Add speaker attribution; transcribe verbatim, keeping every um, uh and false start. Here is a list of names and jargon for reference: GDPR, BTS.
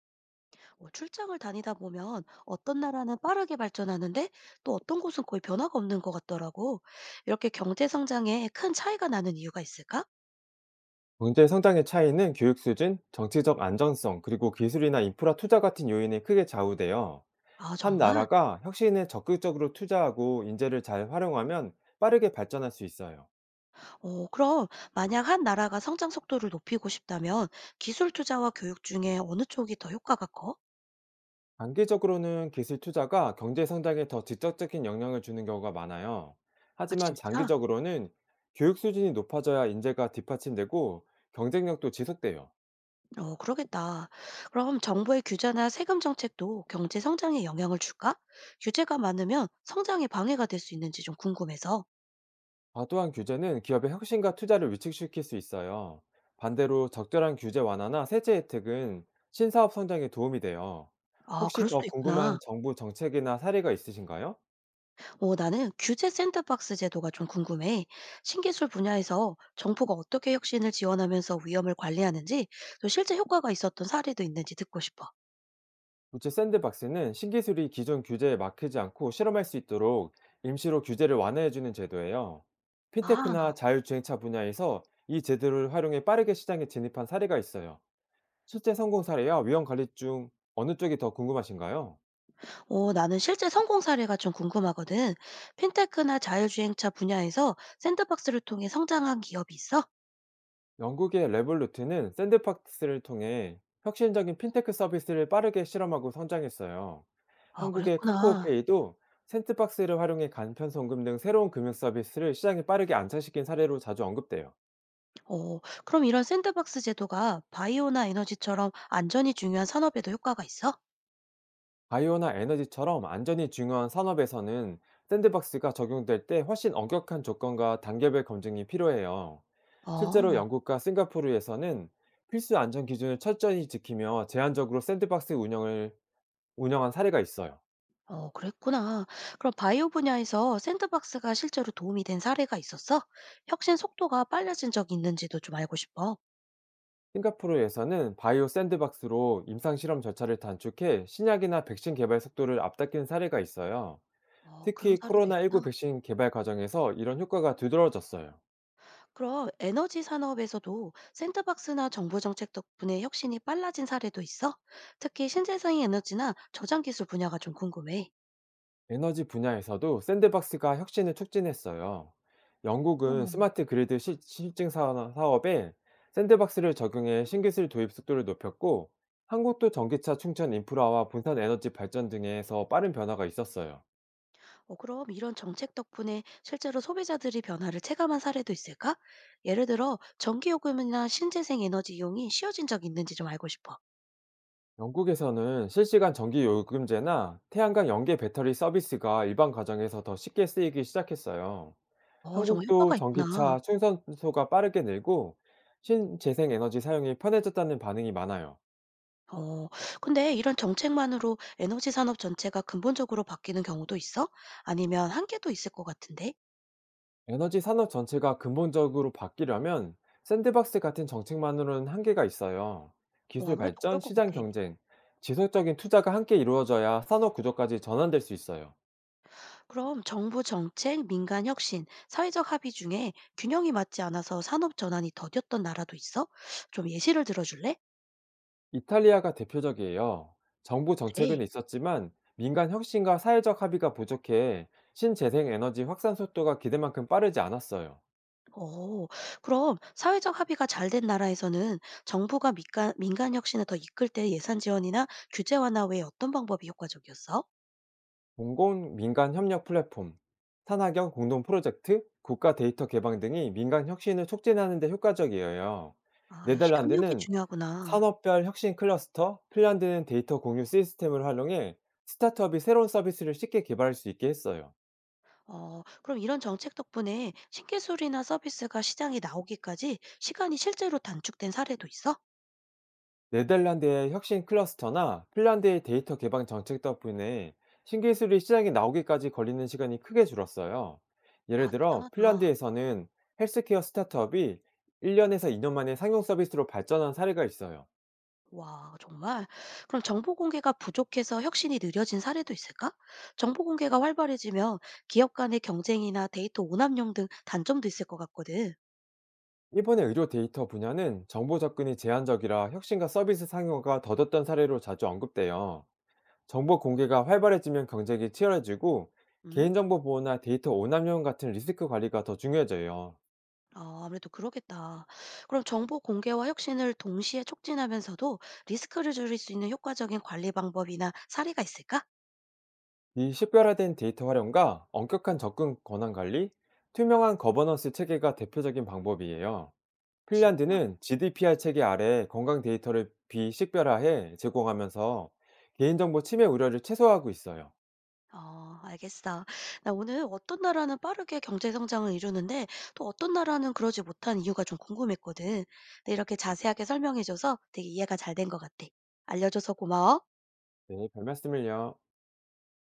Speaker 1: 어, 출장을 다니다 보면 어떤 나라는 빠르게 발전하는데 또 어떤 곳은 거의 변화가 없는 것 같더라고. 이렇게 경제 성장에 큰 차이가 나는 이유가 있을까?
Speaker 2: 경제 성장의 차이는 교육 수준, 정치적 안정성, 그리고 기술이나 인프라 투자 같은 요인에 크게 좌우되어
Speaker 1: 아,
Speaker 2: 한
Speaker 1: 정말?
Speaker 2: 나라가 혁신에 적극적으로 투자하고 인재를 잘 활용하면 빠르게 발전할 수 있어요.
Speaker 1: 어, 그럼 만약 한 나라가 성장 속도를 높이고 싶다면 기술 투자와 교육 중에 어느 쪽이 더 효과가 커?
Speaker 2: 단기적으로는 기술 투자가 경제 성장에 더 직접적인 영향을 주는 경우가 많아요.
Speaker 1: 아,
Speaker 2: 하지만
Speaker 1: 진짜?
Speaker 2: 장기적으로는 교육 수준이 높아져야 인재가 뒷받침되고 경쟁력도 지속돼요.
Speaker 1: 어, 그러겠다. 그럼 정부의 규제나 세금 정책도 경제 성장에 영향을 줄까? 규제가 많으면 성장에 방해가 될 수 있는지 좀 궁금해서.
Speaker 2: 과도한 규제는 기업의 혁신과 투자를 위축시킬 수 있어요. 반대로 적절한 규제 완화나 세제 혜택은 신사업 성장에 도움이 돼요.
Speaker 1: 아,
Speaker 2: 혹시
Speaker 1: 그럴 수도
Speaker 2: 더
Speaker 1: 있구나.
Speaker 2: 궁금한 정부 정책이나 사례가 있으신가요?
Speaker 1: 어, 나는 규제 샌드박스 제도가 좀 궁금해. 신기술 분야에서 정부가 어떻게 혁신을 지원하면서 위험을 관리하는지, 또 실제 효과가 있었던 사례도 있는지 듣고 싶어.
Speaker 2: 우체 샌드박스는 신기술이 기존 규제에 막히지 않고 실험할 수 있도록 임시로 규제를 완화해주는 제도예요.
Speaker 1: 아,
Speaker 2: 핀테크나 자율주행차 분야에서 이 제도를 활용해 빠르게 시장에 진입한 사례가 있어요. 실제 성공 사례와 위험 관리 중 어느 쪽이 더 궁금하신가요?
Speaker 1: 어, 나는 실제 성공 사례가 좀 궁금하거든. 핀테크나 자율주행차 분야에서 샌드박스를 통해 성장한 기업이 있어?
Speaker 2: 영국의 레볼루트는 샌드박스를 통해 혁신적인 핀테크 서비스를 빠르게 실험하고 성장했어요.
Speaker 1: 아,
Speaker 2: 한국의
Speaker 1: 그랬구나.
Speaker 2: 카카오페이도 샌드박스를 활용해 간편송금 등 새로운 금융 서비스를 시장에 빠르게 안착시킨 사례로 자주 언급돼요.
Speaker 1: 어, 그럼 이런 샌드박스 제도가 바이오나 에너지처럼 안전이 중요한 산업에도 효과가 있어?
Speaker 2: 바이오나 에너지처럼 안전이 중요한 산업에서는 샌드박스가 적용될 때 훨씬 엄격한 조건과 단계별 검증이 필요해요. 실제로
Speaker 1: 어.
Speaker 2: 영국과 싱가포르에서는 필수 안전 기준을 철저히 지키며 제한적으로 샌드박스 운영을 운영한 사례가 있어요.
Speaker 1: 어, 그랬구나. 그럼 바이오 분야에서 샌드박스가 실제로 도움이 된 사례가 있었어? 혁신 속도가 빨라진 적이 있는지도 좀 알고 싶어.
Speaker 2: 싱가포르에서는 바이오 샌드박스로 임상 실험 절차를 단축해 신약이나 백신 개발 속도를 앞당긴 사례가 있어요.
Speaker 1: 어, 그런
Speaker 2: 특히
Speaker 1: 사례도 있구나.
Speaker 2: 코로나십구 백신 개발 과정에서 이런 효과가 두드러졌어요.
Speaker 1: 그럼 에너지 산업에서도 샌드박스나 정부 정책 덕분에 혁신이 빨라진 사례도 있어? 특히 신재생 에너지나 저장 기술 분야가 좀 궁금해.
Speaker 2: 에너지 분야에서도 샌드박스가 혁신을 촉진했어요. 영국은
Speaker 1: 어머.
Speaker 2: 스마트 그리드 시- 실증 사- 사업에 샌드박스를 적용해 신기술 도입 속도를 높였고, 한국도 전기차 충전 인프라와 분산 에너지 발전 등에서 빠른 변화가 있었어요.
Speaker 1: 어, 그럼 이런 정책 덕분에 실제로 소비자들이 변화를 체감한 사례도 있을까? 예를 들어 전기요금이나 신재생 에너지 이용이 쉬워진 적 있는지 좀 알고 싶어.
Speaker 2: 영국에서는 실시간 전기 요금제나 태양광 연계 배터리 서비스가 일반 가정에서 더 쉽게 쓰이기 시작했어요.
Speaker 1: 어 정말
Speaker 2: 한국도
Speaker 1: 효과가 있구나.
Speaker 2: 전기차 충전소가 빠르게 늘고 신재생 에너지 사용이 편해졌다는 반응이 많아요.
Speaker 1: 어 근데 이런 정책만으로 에너지 산업 전체가 근본적으로 바뀌는 경우도 있어? 아니면 한계도 있을 것 같은데?
Speaker 2: 에너지 산업 전체가 근본적으로 바뀌려면 샌드박스 같은 정책만으로는 한계가 있어요.
Speaker 1: 어
Speaker 2: 기술
Speaker 1: 아무래도 그럴
Speaker 2: 발전,
Speaker 1: 것
Speaker 2: 시장
Speaker 1: 같아.
Speaker 2: 경쟁, 지속적인 투자가 함께 이루어져야 산업 구조까지 전환될 수 있어요.
Speaker 1: 그럼 정부 정책, 민간 혁신, 사회적 합의 중에 균형이 맞지 않아서 산업 전환이 더뎠던 나라도 있어? 좀 예시를 들어 줄래?
Speaker 2: 이탈리아가 대표적이에요. 정부
Speaker 1: 그래.
Speaker 2: 정책은 있었지만 민간 혁신과 사회적 합의가 부족해 신재생 에너지 확산 속도가 기대만큼 빠르지 않았어요.
Speaker 1: 어 그럼 사회적 합의가 잘된 나라에서는 정부가 민간 민간 혁신을 더 이끌 때 예산 지원이나 규제 완화 외에 어떤 방법이 효과적이었어?
Speaker 2: 공공 민간 협력 플랫폼, 산학연 공동 프로젝트, 국가 데이터 개방 등이 민간 혁신을 촉진하는 데 효과적이에요.
Speaker 1: 아 역시 협력이
Speaker 2: 네덜란드는
Speaker 1: 중요하구나.
Speaker 2: 산업별 혁신 클러스터, 핀란드는 데이터 공유 시스템을 활용해 스타트업이 새로운 서비스를 쉽게 개발할 수 있게 했어요.
Speaker 1: 어 그럼 이런 정책 덕분에 신기술이나 서비스가 시장에 나오기까지 시간이 실제로 단축된 사례도 있어?
Speaker 2: 네덜란드의 혁신 클러스터나 핀란드의 데이터 개방 정책 덕분에 신기술이 시장에 나오기까지 걸리는 시간이 크게 줄었어요. 예를
Speaker 1: 아
Speaker 2: 들어
Speaker 1: 대단하다.
Speaker 2: 핀란드에서는 헬스케어 스타트업이 일 년에서 이 년 만에 상용 서비스로 발전한 사례가 있어요.
Speaker 1: 와 정말. 그럼 정보 공개가 부족해서 혁신이 느려진 사례도 있을까? 정보 공개가 활발해지면 기업 간의 경쟁이나 데이터 오남용 등 단점도 있을 것 같거든.
Speaker 2: 일본의 의료 데이터 분야는 정보 접근이 제한적이라 혁신과 서비스 상용화가 더뎠던 사례로 자주 언급돼요. 정보 공개가 활발해지면 경쟁이 치열해지고
Speaker 1: 음?
Speaker 2: 개인정보 보호나 데이터 오남용 같은 리스크 관리가 더 중요해져요.
Speaker 1: 아 아무래도 그러겠다. 그럼 정보 공개와 혁신을 동시에 촉진하면서도 리스크를 줄일 수 있는 효과적인 관리 방법이나 사례가 있을까?
Speaker 2: 이 식별화된 데이터 활용과 엄격한 접근 권한 관리, 투명한 거버넌스 체계가 대표적인 방법이에요.
Speaker 1: 진짜?
Speaker 2: 핀란드는 지디피아르 체계 아래 건강 데이터를 비식별화해 제공하면서 개인정보 침해 우려를 최소화하고 있어요.
Speaker 1: 어 알겠어. 나 오늘 어떤 나라는 빠르게 경제 성장을 이루는데 또 어떤 나라는 그러지 못한 이유가 좀 궁금했거든. 근데 이렇게 자세하게 설명해 줘서 되게 이해가 잘 된 것 같아. 알려줘서 고마워.
Speaker 2: 네, 별 말씀을요.